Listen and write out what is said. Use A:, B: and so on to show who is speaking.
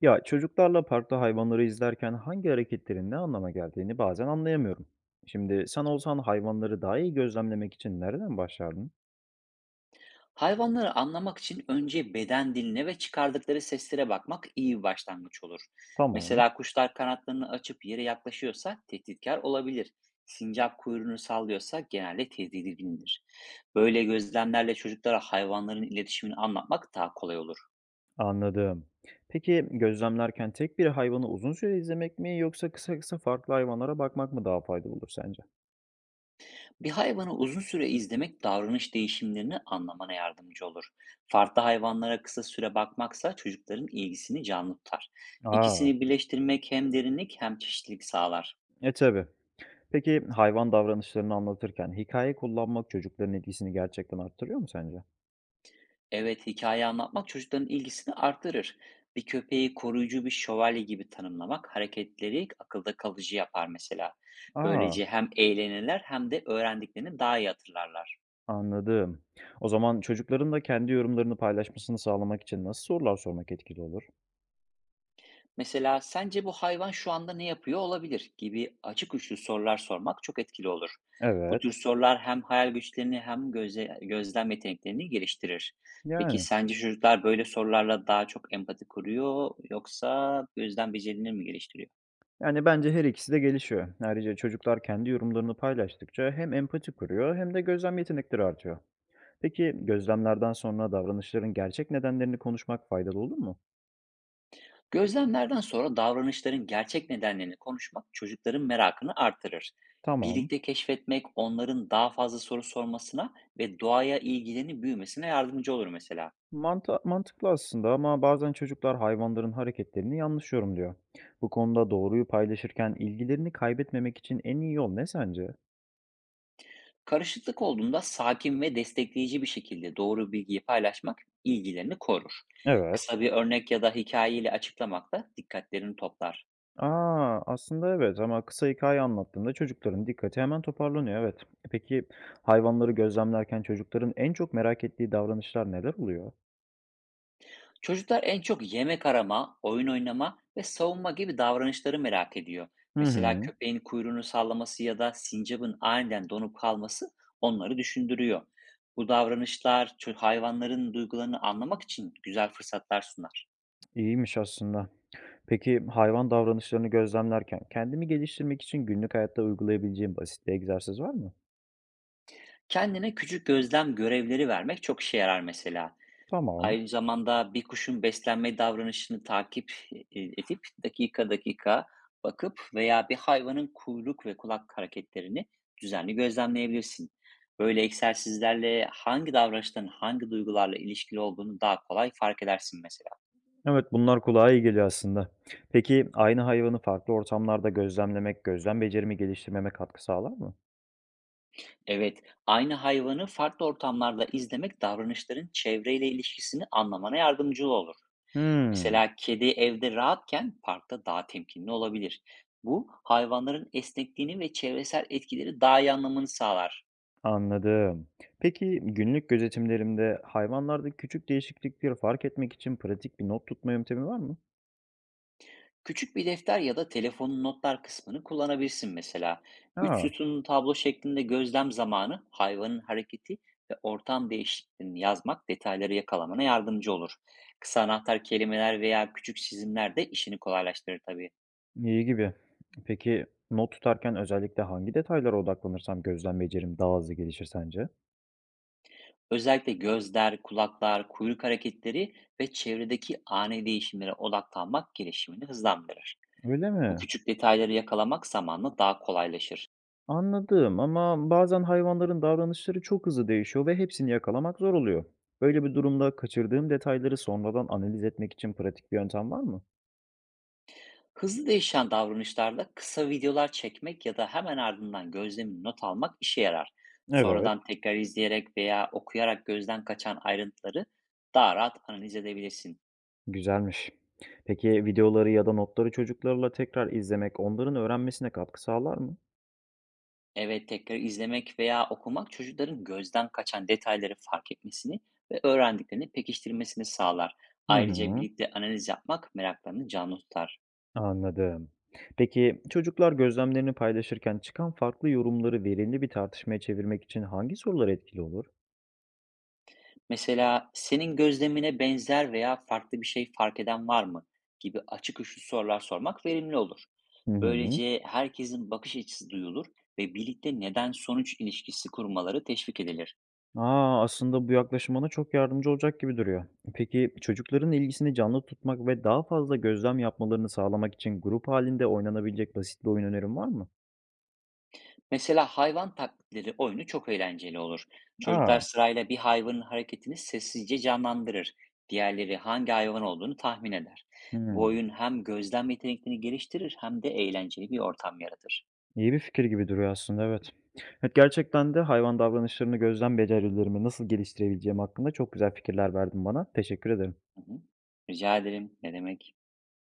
A: Ya çocuklarla parkta hayvanları izlerken hangi hareketlerin ne anlama geldiğini bazen anlayamıyorum. Şimdi sen olsan hayvanları daha iyi gözlemlemek için nereden başlardın?
B: Hayvanları anlamak için önce beden diline ve çıkardıkları seslere bakmak iyi bir başlangıç olur.
A: Tamam,
B: Mesela kuşlar kanatlarını açıp yere yaklaşıyorsa tehditkar olabilir. Sincap kuyruğunu sallıyorsa genelde tedirgindir. Böyle gözlemlerle çocuklara hayvanların iletişimini anlatmak daha kolay olur.
A: anladım. Peki gözlemlerken tek bir hayvanı uzun süre izlemek mi yoksa kısa kısa farklı hayvanlara bakmak mı daha faydalı olur sence?
B: Bir hayvanı uzun süre izlemek davranış değişimlerini anlamana yardımcı olur. Farklı hayvanlara kısa süre bakmaksa çocukların ilgisini canlı tutar.
A: Aa,
B: İkisini birleştirmek hem derinlik hem çeşitlilik sağlar.
A: tabii. Peki hayvan davranışlarını anlatırken hikaye kullanmak çocukların ilgisini gerçekten arttırıyor mu sence?
B: Evet, hikaye anlatmak çocukların ilgisini artırır. Bir köpeği koruyucu bir şövalye gibi tanımlamak hareketleri akılda kalıcı yapar mesela.
A: Aa,
B: Böylece hem eğlenirler hem de öğrendiklerini daha iyi hatırlarlar.
A: anladım. O zaman çocukların da kendi yorumlarını paylaşmasını sağlamak için nasıl sorular sormak etkili olur?
B: Mesela sence bu hayvan şu anda ne yapıyor olabilir gibi açık uçlu sorular sormak çok etkili olur. Bu tür
A: Evet.
B: sorular hem hayal güçlerini hem gözlem yeteneklerini geliştirir. Peki
A: Yani.
B: sence çocuklar böyle sorularla daha çok empati kuruyor yoksa gözlem becerilerini mi geliştiriyor?
A: Yani bence her ikisi de gelişiyor. Ayrıca çocuklar kendi yorumlarını paylaştıkça hem empati kuruyor hem de gözlem yetenekleri artıyor. Peki gözlemlerden sonra davranışların gerçek nedenlerini konuşmak faydalı olur mu?
B: Gözlemlerden sonra davranışların gerçek nedenlerini konuşmak çocukların merakını artırır.
A: Tamam.
B: Birlikte keşfetmek onların daha fazla soru sormasına ve doğaya ilgilerini büyümesine yardımcı olur mesela.
A: Mantıklı aslında ama bazen çocuklar hayvanların hareketlerini yanlış yorumluyor. Bu konuda doğruyu paylaşırken ilgilerini kaybetmemek için en iyi yol ne sence?
B: Karışıklık olduğunda sakin ve destekleyici bir şekilde doğru bilgiyi paylaşmak ilgilerini korur.
A: Evet.
B: Kısa bir örnek ya da hikayeyle açıklamak da dikkatlerini toplar.
A: A! Aslında evet ama kısa hikâye anlattığımda çocukların dikkati hemen toparlanıyor, evet. Peki hayvanları gözlemlerken çocukların en çok merak ettiği davranışlar neler oluyor?
B: Çocuklar en çok yemek arama, oyun oynama ve savunma gibi davranışları merak ediyor.
A: Hı
B: Mesela
A: hı.
B: köpeğin kuyruğunu sallaması ya da sincapın aniden donup kalması onları düşündürüyor. Bu davranışlar hayvanların duygularını anlamak için güzel fırsatlar sunar.
A: İyiymiş aslında. Peki hayvan davranışlarını gözlemlerken kendimi geliştirmek için günlük hayatta uygulayabileceğim basit bir egzersiz var mı?
B: Kendine küçük gözlem görevleri vermek çok işe yarar mesela.
A: Tamam.
B: Aynı zamanda bir kuşun beslenme davranışını takip edip dakika dakika bakıp veya bir hayvanın kuyruk ve kulak hareketlerini düzenli gözlemleyebilirsin. Böyle egzersizlerle hangi davranışların hangi duygularla ilişkili olduğunu daha kolay fark edersin mesela.
A: Evet, bunlar kulağa iyi geliyor aslında. Peki aynı hayvanı farklı ortamlarda gözlemlemek gözlem becerimi geliştirmeme katkı sağlar mı?
B: Evet, aynı hayvanı farklı ortamlarda izlemek davranışların çevreyle ilişkisini anlamana yardımcı olur.
A: Hıı.
B: Mesela kedi evde rahatken parkta daha temkinli olabilir. Bu hayvanların esnekliğini ve çevresel etkileri daha iyi anlamanı sağlar.
A: Anladım. Peki günlük gözetimlerimde hayvanlarda küçük değişiklikleri fark etmek için pratik bir not tutma yöntemi var mı?
B: Küçük bir defter ya da telefonun notlar kısmını kullanabilirsin mesela. Üç
A: Ha,
B: sütunlu tablo şeklinde gözlem zamanı, hayvanın hareketi ve ortam değişikliğini yazmak detayları yakalamana yardımcı olur. Kısa anahtar kelimeler veya küçük çizimler de işini kolaylaştırır tabii.
A: iyi gibi. Peki not tutarken özellikle hangi detaylara odaklanırsam gözlem becerim daha hızlı gelişir sence?
B: Özellikle gözler, kulaklar, kuyruk hareketleri ve çevredeki ani değişimlere odaklanmak gelişimini hızlandırır.
A: Öyle
B: Bu
A: mi?
B: küçük detayları yakalamak zamanla daha kolaylaşır.
A: Anladım ama bazen hayvanların davranışları çok hızlı değişiyor ve hepsini yakalamak zor oluyor. Böyle bir durumda kaçırdığım detayları sonradan analiz etmek için pratik bir yöntem var mı?
B: Hızlı değişen davranışlarda kısa videolar çekmek ya da hemen ardından gözlemini not almak işe yarar.
A: Evet.
B: Sonradan tekrar izleyerek veya okuyarak gözden kaçan ayrıntıları daha rahat analiz edebilirsin.
A: Güzelmiş. Peki videoları ya da notları çocuklarla tekrar izlemek onların öğrenmesine katkı sağlar mı?
B: Evet, tekrar izlemek veya okumak çocukların gözden kaçan detayları fark etmesini ve öğrendiklerini pekiştirmesini sağlar.
A: Hı
B: Ayrıca
A: hı,
B: birlikte analiz yapmak meraklarını canlı tutar.
A: anladım. Peki çocuklar gözlemlerini paylaşırken çıkan farklı yorumları verimli bir tartışmaya çevirmek için hangi sorular etkili olur?
B: Mesela senin gözlemine benzer veya farklı bir şey fark eden var mı gibi açık uçlu sorular sormak verimli olur.
A: Hı hı.
B: Böylece herkesin bakış açısı duyulur ve birlikte neden sonuç ilişkisi kurmaları teşvik edilir.
A: Aa, aslında bu yaklaşım bana çok yardımcı olacak gibi duruyor. Peki çocukların ilgisini canlı tutmak ve daha fazla gözlem yapmalarını sağlamak için grup halinde oynanabilecek basit bir oyun önerin var mı?
B: Mesela hayvan taklitleri oyunu çok eğlenceli olur.
A: Aa.
B: Çocuklar sırayla bir hayvanın hareketini sessizce canlandırır. Diğerleri hangi hayvan olduğunu tahmin eder. Bu
A: Hı.
B: oyun hem gözlem yeteneklerini geliştirir hem de eğlenceli bir ortam yaratır.
A: İyi bir fikir gibi duruyor aslında, evet. Evet, gerçekten de hayvan davranışlarını gözlem becerilerimi nasıl geliştirebileceğim hakkında çok güzel fikirler verdin bana. Teşekkür ederim.
B: Hı hı. Rica ederim. Ne demek?